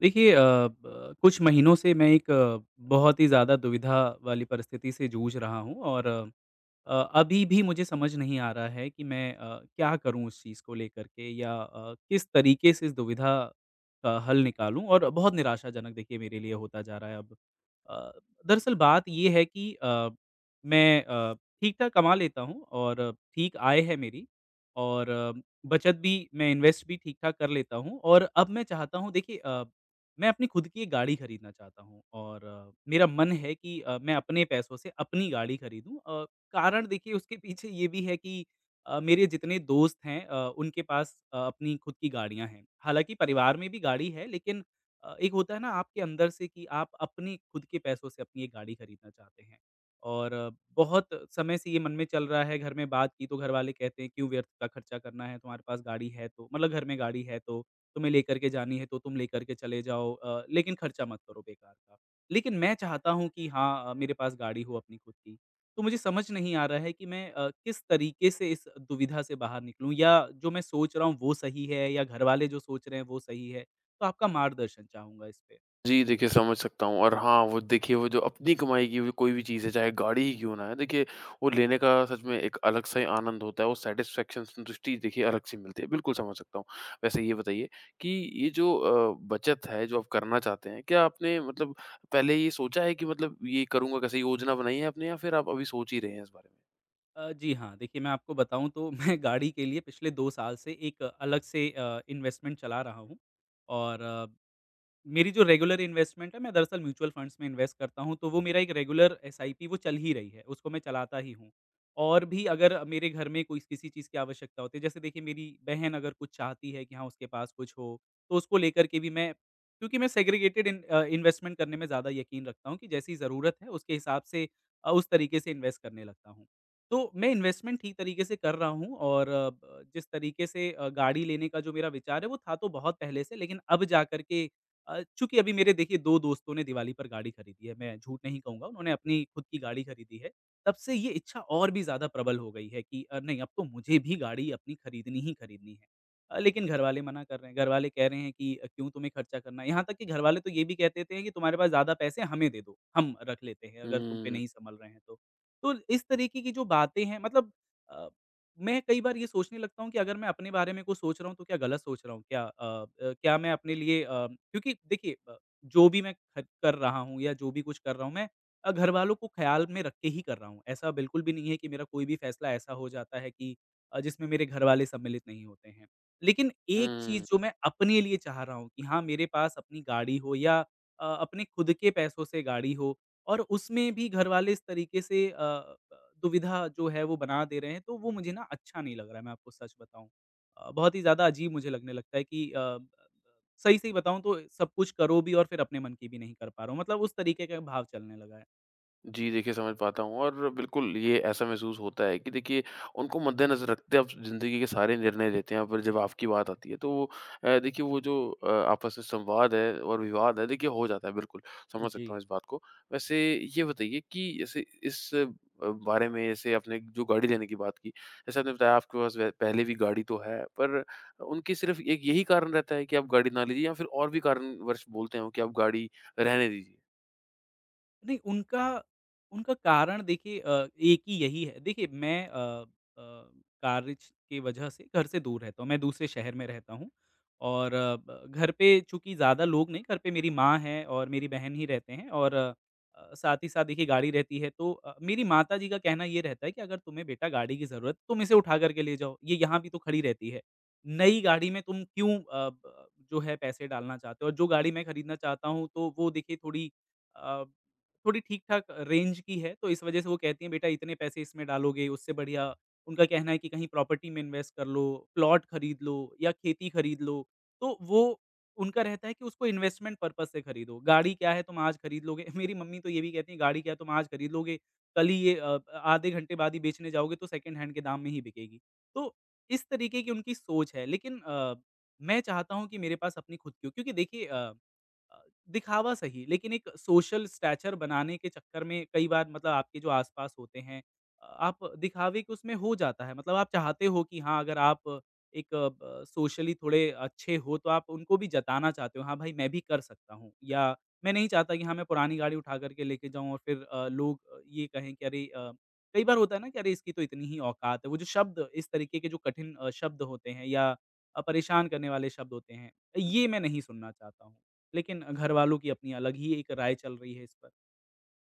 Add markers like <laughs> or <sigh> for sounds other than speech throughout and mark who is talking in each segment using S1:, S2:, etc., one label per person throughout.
S1: देखिए अ, ब कुछ महीनों से मैं एक बहुत ही ज़्यादा दुविधा वाली परिस्थिति से जूझ रहा हूँ और अभी भी मुझे समझ नहीं आ रहा है कि मैं क्या करूँ उस चीज़ को लेकर के या किस तरीके से इस दुविधा का हल निकालूँ और बहुत निराशाजनक देखिए मेरे लिए होता जा रहा है अब। अ, दरअसल बात ये है कि मैं ठीक-ठाक कमा लेता हूँ और ठीक आय है मेरी और बचत भी मैं इन्वेस्ट भी ठीक-ठाक कर लेता हूँ और अब मैं चाहता हूँ देखिए मैं अपनी खुद की एक गाड़ी खरीदना चाहता हूँ और मेरा मन है कि मैं अपने पैसों से अपनी गाड़ी खरीदूँ कारण देखिए उसके पीछे ये भी है कि मेरे जितने दोस्त हैं उनके पास अपनी खुद की गाड़ियाँ हैं। हालाँकि परिवार में भी गाड़ी है लेकिन एक होता है ना आपके अंदर से कि आप अपने खुद के पैसों से अपनी एक गाड़ी खरीदना चाहते हैं। और बहुत समय से ये मन में चल रहा है, घर में बात की तो घर वाले कहते हैं क्यों व्यर्थ का खर्चा करना है, तुम्हारे पास गाड़ी है तो मतलब घर में गाड़ी है तो तुम्हें लेकर के जानी है तो तुम लेकर के चले जाओ लेकिन खर्चा मत करो बेकार का। लेकिन मैं चाहता हूँ कि हाँ मेरे पास गाड़ी हो अपनी खुद की। तो मुझे समझ नहीं आ रहा है कि मैं किस तरीके से इस दुविधा से बाहर निकलूँ या जो मैं सोच रहा हूँ वो सही है या घरवाले जो सोच रहे हैं वो सही है? तो आपका मार्गदर्शन चाहूँगा इस पे।
S2: जी, देखिए समझ सकता हूँ। और हाँ, वो देखिए वो जो अपनी कमाई की हुई कोई भी चीज़ है, चाहे गाड़ी ही क्यों ना है, देखिए वो लेने का सच में एक अलग-सा ही आनंद होता है। वो सैटिस्फैक्शन, संतुष्टि देखिए अलग-सी मिलती है। बिल्कुल समझ सकता हूँ। वैसे ये बताइए कि ये जो बचत है, जो आप करना चाहते हैं, क्या आपने मतलब पहले ये सोचा है कि मतलब ये करूँगा कैसे, योजना बनाई है आपने या फिर आप अभी सोच ही रहे हैं इस बारे में?
S1: जी हाँ, देखिए मैं आपको बताऊँ तो <laughs> मैं गाड़ी के लिए पिछले 2 साल से एक अलग से इन्वेस्टमेंट चला रहा हूँ और मेरी जो रेगुलर इन्वेस्टमेंट है, मैं दरअसल म्यूचुअल फंड्स में इन्वेस्ट करता हूँ, तो वो मेरा एक रेगुलर एसआईपी वो चल ही रही है, उसको मैं चलाता ही हूँ। और भी अगर मेरे घर में कोई किसी चीज़ की आवश्यकता होती है, जैसे देखिए मेरी बहन अगर कुछ चाहती है कि हाँ, उसके पास कुछ हो, तो उसको लेकर के भी मैं क्योंकि मैं सेग्रीगेटेड इन इन्वेस्टमेंट करने में ज़्यादा यकीन रखता हूँ कि जैसी ज़रूरत है, उसके हिसाब से उस तरीके से इन्वेस्ट करने लगता हूँ। तो मैं इन्वेस्टमेंट ठीक तरीके से कर रहा हूँ और अ, ब जिस तरीके से गाड़ी लेने का जो मेरा विचार है, वो था तो बहुत पहले से, लेकिन अब जा कर के चूँकि अभी मेरे देखिए 2 दोस्तों ने दिवाली पर गाड़ी खरीदी है, मैं झूठ नहीं कहूँगा, उन्होंने अपनी खुद की गाड़ी खरीदी है। तब से ये इच्छा और भी ज़्यादा प्रबल हो गई है कि नहीं अब तो मुझे भी गाड़ी अपनी खरीदनी ही खरीदनी है। लेकिन घरवाले मना कर रहे हैं, घरवाले कह रहे हैं कि क्यों तुम्हें खर्चा करना है? यहाँ तक कि घरवाले तो ये भी कह देते हैं कि तुम्हारे पास ज़्यादा पैसे हमें दे दो, हम रख लेते हैं अगर तुम पे
S2: हुँ,
S1: नहीं सँभल रहे हैं तो। तो इस तरीके की जो बातें हैं मतलब अ, मैं कई बार ये सोचने लगता हूँ कि अगर मैं अपने बारे में कुछ सोच रहा हूँ तो क्या गलत सोच रहा हूँ? क्या क्या मैं अपने लिए क्योंकि देखिए जो भी मैं ख कर रहा हूँ या जो भी कुछ कर रहा हूँ मैं घरवालों को ख़्याल में रख के ही कर रहा हूँ। ऐसा बिल्कुल भी नहीं है कि मेरा कोई भी फ़ैसला ऐसा हो जाता है कि जिसमें मेरे घरवाले सम्मिलित नहीं होते हैं। लेकिन एक चीज़
S2: हुँ।
S1: जो मैं अपने लिए चाह रहा हूँ कि हाँ, मेरे पास अपनी गाड़ी हो या अपने खुद के पैसों से गाड़ी हो और उसमें भी घरवाले इस तरीके से दुविधा जो है वो बना दे रहे हैं, तो वो मुझे ना अच्छा नहीं लग रहा है, मैं आपको सच बताऊँ। बहुत ही ज़्यादा अजीब मुझे लगने लगता है कि अ, ब सही-सही बताऊँ तो सब कुछ करो भी और फिर अपने मन की भी नहीं कर पा रहा हूँ। मतलब उस तरीके का भाव चलने लगा है।
S2: जी, देखिए समझ पाता हूँ। और बिल्कुल ये ऐसा महसूस होता है कि देखिए उनको मद्देनज़र रखते आप ज़िंदगी के सारे निर्णय लेते हैं, पर जब आपकी बात आती है तो वो देखिए वो जो आपस में संवाद है और विवाद है देखिए हो जाता है बिल्कुल, समझ
S1: जी।
S2: सकता हूँ इस बात को। वैसे ये बताइए कि जैसे इस बारे में, जैसे आपने जो गाड़ी लेने की बात की, जैसे आपने बताया आपके पास व पहले भी गाड़ी तो है, पर उनकी सिर्फ़ एक यही कारण रहता है कि आप गाड़ी ना लीजिए, या फिर और भी कारणवश बोलते हो कि आप गाड़ी रहने दीजिए?
S1: नहीं, उनका उनका कारण देखिए एक ही यही है। देखिए मैं कार्य की वजह से घर से दूर रहता हूँ, मैं दूसरे शहर में रहता हूँ और अ, ब घर पे चूँकि ज़्यादा लोग नहीं, घर पे मेरी माँ है और मेरी बहन ही रहते हैं और साथ ही साथ देखिए गाड़ी रहती है तो मेरी माताजी का कहना ये रहता है कि अगर तुम्हें बेटा गाड़ी की ज़रूरत, तुम इसे उठा कर के ले जाओ, ये यहाँ भी तो खड़ी रहती है। नई गाड़ी में तुम क्यों अ, ब जो है पैसे डालना चाहते हो और जो गाड़ी मैं खरीदना चाहता हूँ तो वो देखिए अ, थोड़ी ठीक-ठाक रेंज की है, तो इस वजह से वो कहती हैं बेटा इतने पैसे इसमें डालोगे, उससे बढ़िया उनका कहना है कि कहीं प्रॉपर्टी में इन्वेस्ट कर लो, प्लॉट खरीद लो या खेती खरीद लो। तो वो उनका रहता है कि उसको इन्वेस्टमेंट पर्पज़ से खरीदो। गाड़ी क्या है तुम आज खरीद लोगे <laughs> मेरी मम्मी तो ये भी कहती हैं गाड़ी क्या है तुम आज खरीद लोगे, कल ही ये आधे घंटे बाद ही बेचने जाओगे तो सेकंड हैंड के दाम में ही बिकेगी। तो इस तरीके की उनकी सोच है लेकिन मैं चाहता हूँ कि मेरे पास अपनी खुद की हो क्योंकि देखिए अ, दिखावा सही लेकिन एक सोशल स्टैचर बनाने के चक्कर में कई बार मतलब आपके जो आसपास होते हैं आप दिखावे के उसमें हो जाता है मतलब आप चाहते हो कि हाँ अगर आप एक सोशली थोड़े अच्छे हो तो आप उनको भी जताना चाहते हो हाँ भाई मैं भी कर सकता हूँ या मैं नहीं चाहता कि हाँ मैं पुरानी गाड़ी उठा करके लेके जाऊँ और फिर लोग ये कहें कि अरे कई बार होता है ना कि अरे इसकी तो इतनी ही औकात है वो जो शब्द इस तरीके के जो कठिन शब्द होते हैं या परेशान करने वाले शब्द होते हैं ये मैं नहीं सुनना चाहता हूँ लेकिन घर वालों की अपनी अलग ही एक राय चल रही है इस पर।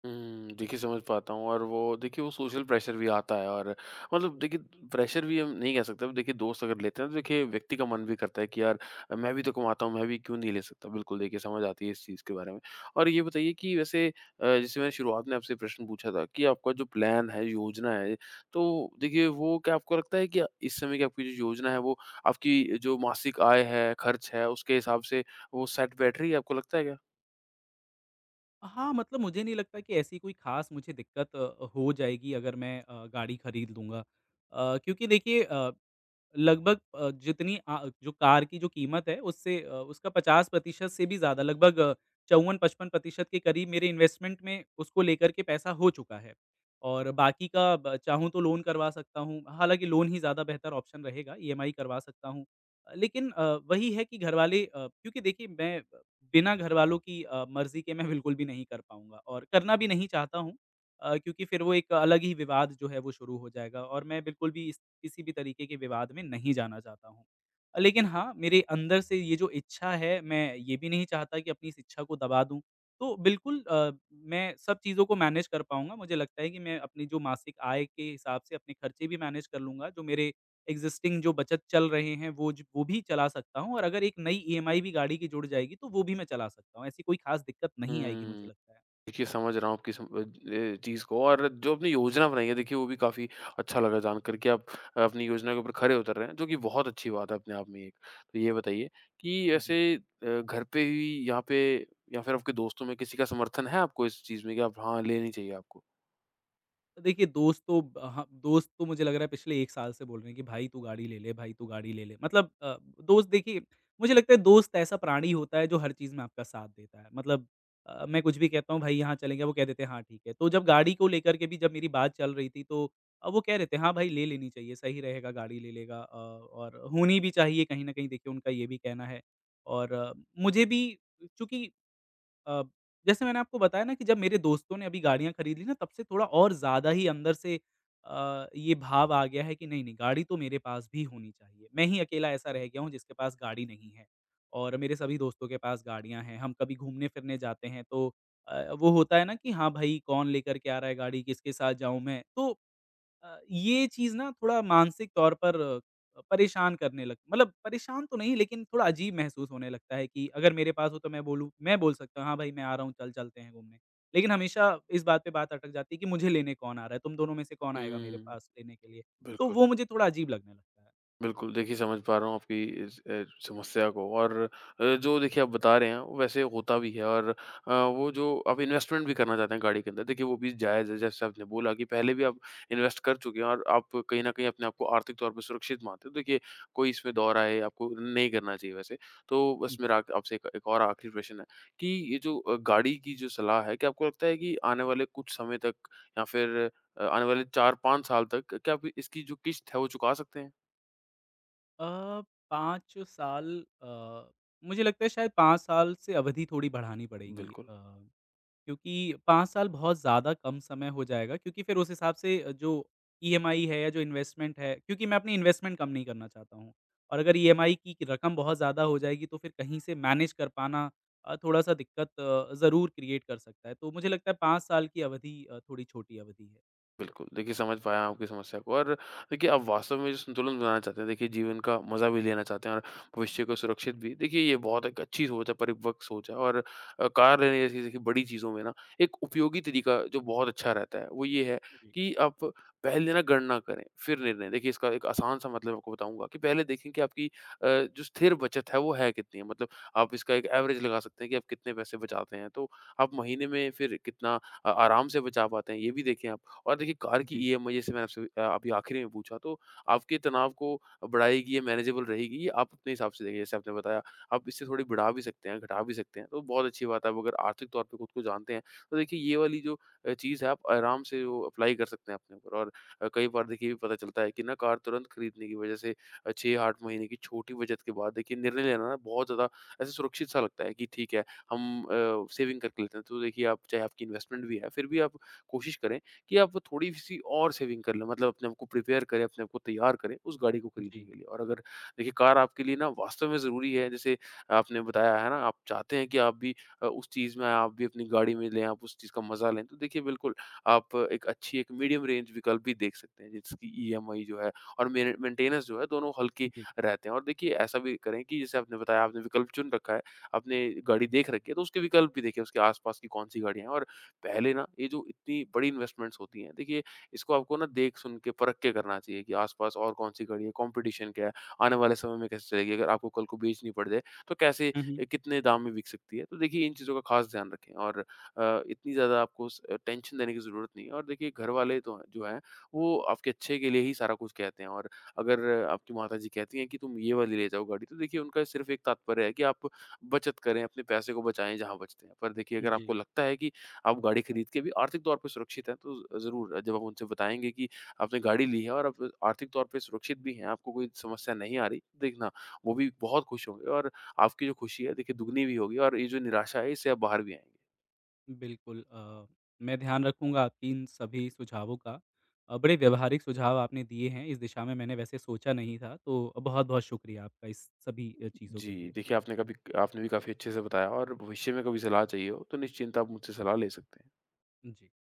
S2: हुँ, देखिए समझ पाता हूँ। और वो देखिए वो सोशल प्रेशर भी आता है। और मतलब देखिए प्रेशर भी हम नहीं कह सकते, देखिए दोस्त अगर लेते हैं तो देखिए व्यक्ति का मन भी करता है कि यार मैं भी तो कमाता हूँ, मैं भी क्यों नहीं ले सकता? बिल्कुल देखिए समझ आती है इस चीज़ के बारे में। और ये बताइए कि वैसे जैसे मैंने शुरुआत में आपसे प्रश्न पूछा था कि आपका जो प्लान है, योजना है, तो देखिए वो क्या आपको लगता है कि इस समय की आपकी जो योजना है वो आपकी जो मासिक आय है, खर्च है, उसके हिसाब से वो सेट बैठ रही है, आपको लगता है क्या?
S1: हाँ, मतलब मुझे नहीं लगता कि ऐसी कोई ख़ास मुझे दिक्कत हो जाएगी अगर मैं गाड़ी खरीद लूँगा। क्योंकि देखिए लगभग जितनी जो कार की जो कीमत है उससे उसका 50% से भी ज़्यादा लगभग 54-55% के करीब मेरे इन्वेस्टमेंट में उसको लेकर के पैसा हो चुका है। और बाकी का ब चाहूँ तो लोन करवा सकता हूँ, हालाँकि लोन ही ज़्यादा बेहतर ऑप्शन रहेगा, ईएमआई करवा सकता हूँ। लेकिन वही है कि घरवाले क्योंकि देखिए मैं बिना घरवालों की मर्ज़ी के मैं बिल्कुल भी नहीं कर पाऊँगा और करना भी नहीं चाहता हूँ क्योंकि फिर वो एक अलग ही विवाद जो है वो शुरू हो जाएगा और मैं बिल्कुल भी इस किसी भी तरीके के विवाद में नहीं जाना चाहता हूँ। लेकिन हाँ, मेरे अंदर से ये जो इच्छा है, मैं ये भी नहीं चाहता कि अपनी इस इच्छा को दबा दूँ। तो बिल्कुल मैं सब चीज़ों को मैनेज कर पाऊँगा। मुझे लगता है कि मैं अपनी जो मासिक आय के हिसाब से अपने खर्चे भी मैनेज कर लूँगा, जो मेरे एक्सिस्टिंग जो बचत चल रहे हैं, वो भी चला सकता हूँ और अगर एक नई ईएमआई भी गाड़ी की जुड़ जाएगी, तो वो भी मैं चला सकता हूँ। ऐसी कोई ख़ास दिक्कत नहीं आएगी
S2: हुँ।
S1: मुझे लगता है।
S2: देखिए समझ रहा हूँ आपकी चीज़ को। और जो आपने योजना बनाई है देखिए वो भी काफ़ी अच्छा लगा जानकर, कि आप अपनी योजना के ऊपर खरे उतर रहे हैं, जो कि बहुत अच्छी बात है अपने आप में एक। तो ये बताइए कि
S1: जी।
S2: ऐसे घर पे ही, यहाँ पे, या फिर आपके दोस्तों में किसी का समर्थन है आपको इस चीज़ में कि आप हाँ, लेनी चाहिए आपको?
S1: तो देखिए दोस्त तो ब हाँ, दोस्त तो मुझे लग रहा है पिछले 1 साल से बोल रहे हैं कि भाई तू गाड़ी ले ले, भाई तू गाड़ी ले ले। मतलब दोस्त देखिए मुझे लगता है दोस्त ऐसा प्राणी होता है जो हर चीज़ में आपका साथ देता है। मतलब मैं कुछ भी कहता हूँ भाई यहाँ चलेंगे, वो कह देते हैं हाँ ठीक है। तो जब गाड़ी को लेकर के भी जब मेरी बात चल रही थी तो वो कह रहे थे हाँ भाई ले लेनी चाहिए, सही रहेगा गाड़ी ले लेगा और होनी भी चाहिए कहीं न कहीं देखिए उनका ये भी कहना है। और मुझे भी चूँकि अ, जैसे मैंने आपको बताया ना कि जब मेरे दोस्तों ने अभी गाड़ियाँ खरीद ली ना तब से थोड़ा और ज़्यादा ही अंदर से ये भाव आ गया है कि नहीं, नहीं गाड़ी तो मेरे पास भी होनी चाहिए। मैं ही अकेला ऐसा रह गया हूँ जिसके पास गाड़ी नहीं है और मेरे सभी दोस्तों के पास गाड़ियाँ हैं। हम कभी घूमने-फिरने जाते हैं तो वो होता है ना कि हाँ, भाई कौन लेकर के आ रहा है गाड़ी, किसके साथ जाऊँ मैं? तो ये चीज़ ना थोड़ा मानसिक तौर पर परेशान करने लग मतलब परेशान तो नहीं लेकिन थोड़ा अजीब महसूस होने लगता है कि अगर मेरे पास हो तो मैं बोल सकता हूँ, "हाँ भाई, मैं आ रहा हूँ, चल चलते हैं घूमने।" लेकिन हमेशा इस बात पे बात अटक जाती है कि मुझे लेने कौन आ रहा है? तुम दोनों में से कौन आएगा मेरे
S2: हुँ,
S1: पास लेने के लिए? तो
S2: बिल्कुल।
S1: वो मुझे थोड़ा अजीब लगने लगता है।
S2: बिल्कुल, देखिए समझ पा रहा हूँ आपकी इस समस्या को। और जो देखिए आप बता रहे हैं वो वैसे होता भी है। और वो जो आप इन्वेस्टमेंट भी करना चाहते हैं गाड़ी के अंदर, देखिए वो भी जायज़ है। जैसे आपने बोला कि पहले भी आप इन्वेस्ट कर चुके हैं और आप कहीं न कहीं अपने आप को आर्थिक तौर पे सुरक्षित मानते हो। देखिए कोई इसमें दौर आए आपको नहीं करना चाहिए वैसे। तो बस
S1: हुँ।
S2: मेरा आक आपसे एक एक और आखिरी प्रश्न है, कि ये जो गाड़ी की जो सलाह है, क्या आपको लगता है कि आने वाले कुछ समय तक, या फिर आने वाले 4-5 साल तक क्या आप इसकी जो किश्त है वो चुका सकते हैं?
S1: अ, 5 साल अ, मुझे लगता है शायद 5 साल से अवधि थोड़ी बढ़ानी पड़ेगी।
S2: बिल्कुल।
S1: क्योंकि 5 साल बहुत ज़्यादा कम समय हो जाएगा क्योंकि फिर उस हिसाब से जो ईएमआई है या जो इन्वेस्टमेंट है क्योंकि मैं अपनी इन्वेस्टमेंट कम नहीं करना चाहता हूँ और अगर ईएमआई की रकम बहुत ज़्यादा हो जाएगी तो फिर कहीं से मैनेज कर पाना थोड़ा-सा दिक्कत ज़रूर क्रिएट कर सकता है। तो मुझे लगता है 5 साल की अवधि थोड़ी छोटी अवधि है।
S2: बिल्कुल, देखिए समझ पाया आपकी समस्या को। और देखिए आप वास्तव में जो संतुलन बनाना चाहते हैं, देखिए जीवन का मज़ा भी लेना चाहते हैं और भविष्य को सुरक्षित भी। देखिए ये बहुत एक अच्छी सोच है, परिपक्व सोच है। और कार लेने जैसी देखिए बड़ी चीज़ों में ना एक उपयोगी तरीका जो बहुत अच्छा रहता है, वो ये है
S1: जी।
S2: कि आप पहले ना गणना करें, फिर निर्णय। देखिए इसका एक आसान सा मतलब आपको बताऊँगा, कि पहले देखें कि आपकी जो स्थिर बचत है वो है कितनी है। मतलब आप इसका एक एवरेज लगा सकते हैं कि आप कितने पैसे बचाते हैं, तो आप महीने में फिर कितना आराम से बचा पाते हैं, ये भी देखें आप। और देखिए कार की
S1: जी,
S2: ईएमआई, जैसे मैंने आपसे अभी आखिरी में पूछा, तो आपके तनाव को बढ़ाएगी या मैनेजेबल रहेगी, ये आप अपने हिसाब से देखिए। जैसे आपने बताया आप इससे थोड़ी बढ़ा भी सकते हैं, घटा भी सकते हैं, तो बहुत अच्छी बात है। आप अगर आर्थिक तौर पे खुद को जानते हैं, तो देखिए ये वाली जो चीज़ है आप आराम से वो अप्लाई कर सकते हैं अपने ऊपर। और कई बार देखिए ये भी पता चलता है कि ना, कार तुरंत खरीदने की वजह से 6-8 महीने की छोटी बचत के बाद देखिए निर्णय लेना ना बहुत ज़्यादा ऐसे सुरक्षित सा लगता है, कि ठीक है हम सेविंग करके लेते हैं। तो देखिए, आप चाहे आपकी इन्वेस्टमेंट भी है, फिर भी आप कोशिश करें कि आप थोड़ी सी और सेविंग कर लें, मतलब अपने आप को प्रिपेयर करें, अपने आप को तैयार करें उस गाड़ी को खरीदने
S1: जी,
S2: के लिए। और अगर देखिए कार आपके लिए ना वास्तव में ज़रूरी है, जैसे आपने बताया है ना आप चाहते हैं कि आप भी उस चीज़ में आप भी अपनी गाड़ी में लें, आप उस चीज़ का मज़ा लें। तो देखिए बिल्कुल आप एक अच्छी एक मीडियम रेंज विकल्प भी देख सकते हैं, जिसकी ईएमआई जो है और मेन मेंटेनेंस जो है, दोनों हल्के
S1: जी।
S2: रहते हैं। और देखिए ऐसा भी करें कि जैसे आपने बताया आपने विकल्प चुन रखा है, आपने गाड़ी देख रखी है, तो उसके विकल्प भी देखें, उसके आस-पास की कौन-सी गाड़ियाँ हैं। और पहले ना, ये जो इतनी बड़ी इन्वेस्टमेंट्स होती हैं, देखिए इसको आपको ना देख सुन के परख के करना चाहिए कि आसपास और कौन सी गाड़ी है, कंपटीशन क्या है, आने वाले समय में कैसे चलेगी, अगर आपको कल को बेचनी पड़ जाए तो कैसे
S1: हुँ, हुँ।
S2: कितने दाम में बिक सकती है। तो देखिए इन चीज़ों का खास ध्यान रखें। और इतनी ज़्यादा आपको स टेंशन देने की ज़रूरत नहीं है। और देखिए घर वाले तो हैं, जो हैं वो आपके अच्छे के लिए ही सारा कुछ कहते हैं। और अगर आपकी माताजी कहती हैं कि तुम ये वाली ले जाओ गाड़ी, तो देखिए उनका सिर्फ़ एक तात्पर्य है कि आप बचत करें, अपने पैसे को बचाएँ जहाँ बचते हैं। पर देखिए, अगर आपको
S1: जी।
S2: लगता है कि आप गाड़ी खरीद के भी आर्थिक तौर पे सुरक्षित हैं, तो ज़रूर जब आप उनसे बताएँगे कि आपने गाड़ी ली है और आप आर्थिक तौर पे सुरक्षित भी हैं, आपको कोई समस्या नहीं आ रही, देखना वो भी बहुत खुश होंगे, और आपकी जो खुशी है देखिए दुगनी भी होगी, और ये जो निराशा है इससे आप बाहर भी आएँगे।
S1: बिल्कुल मैं ध्यान रखूँगा आपकी इन सभी सुझावों का। बड़े व्यावहारिक सुझाव आपने दिए हैं, इस दिशा में मैंने वैसे सोचा नहीं था, तो बहुत-बहुत शुक्रिया आपका इस सभी चीज़ों के
S2: जी,
S1: लिए।
S2: देखिए आपने कभी आपने भी काफ़ी अच्छे से बताया। और भविष्य में कभी सलाह चाहिए हो, तो निश्चिंत आप मुझसे सलाह ले सकते हैं।
S1: जी।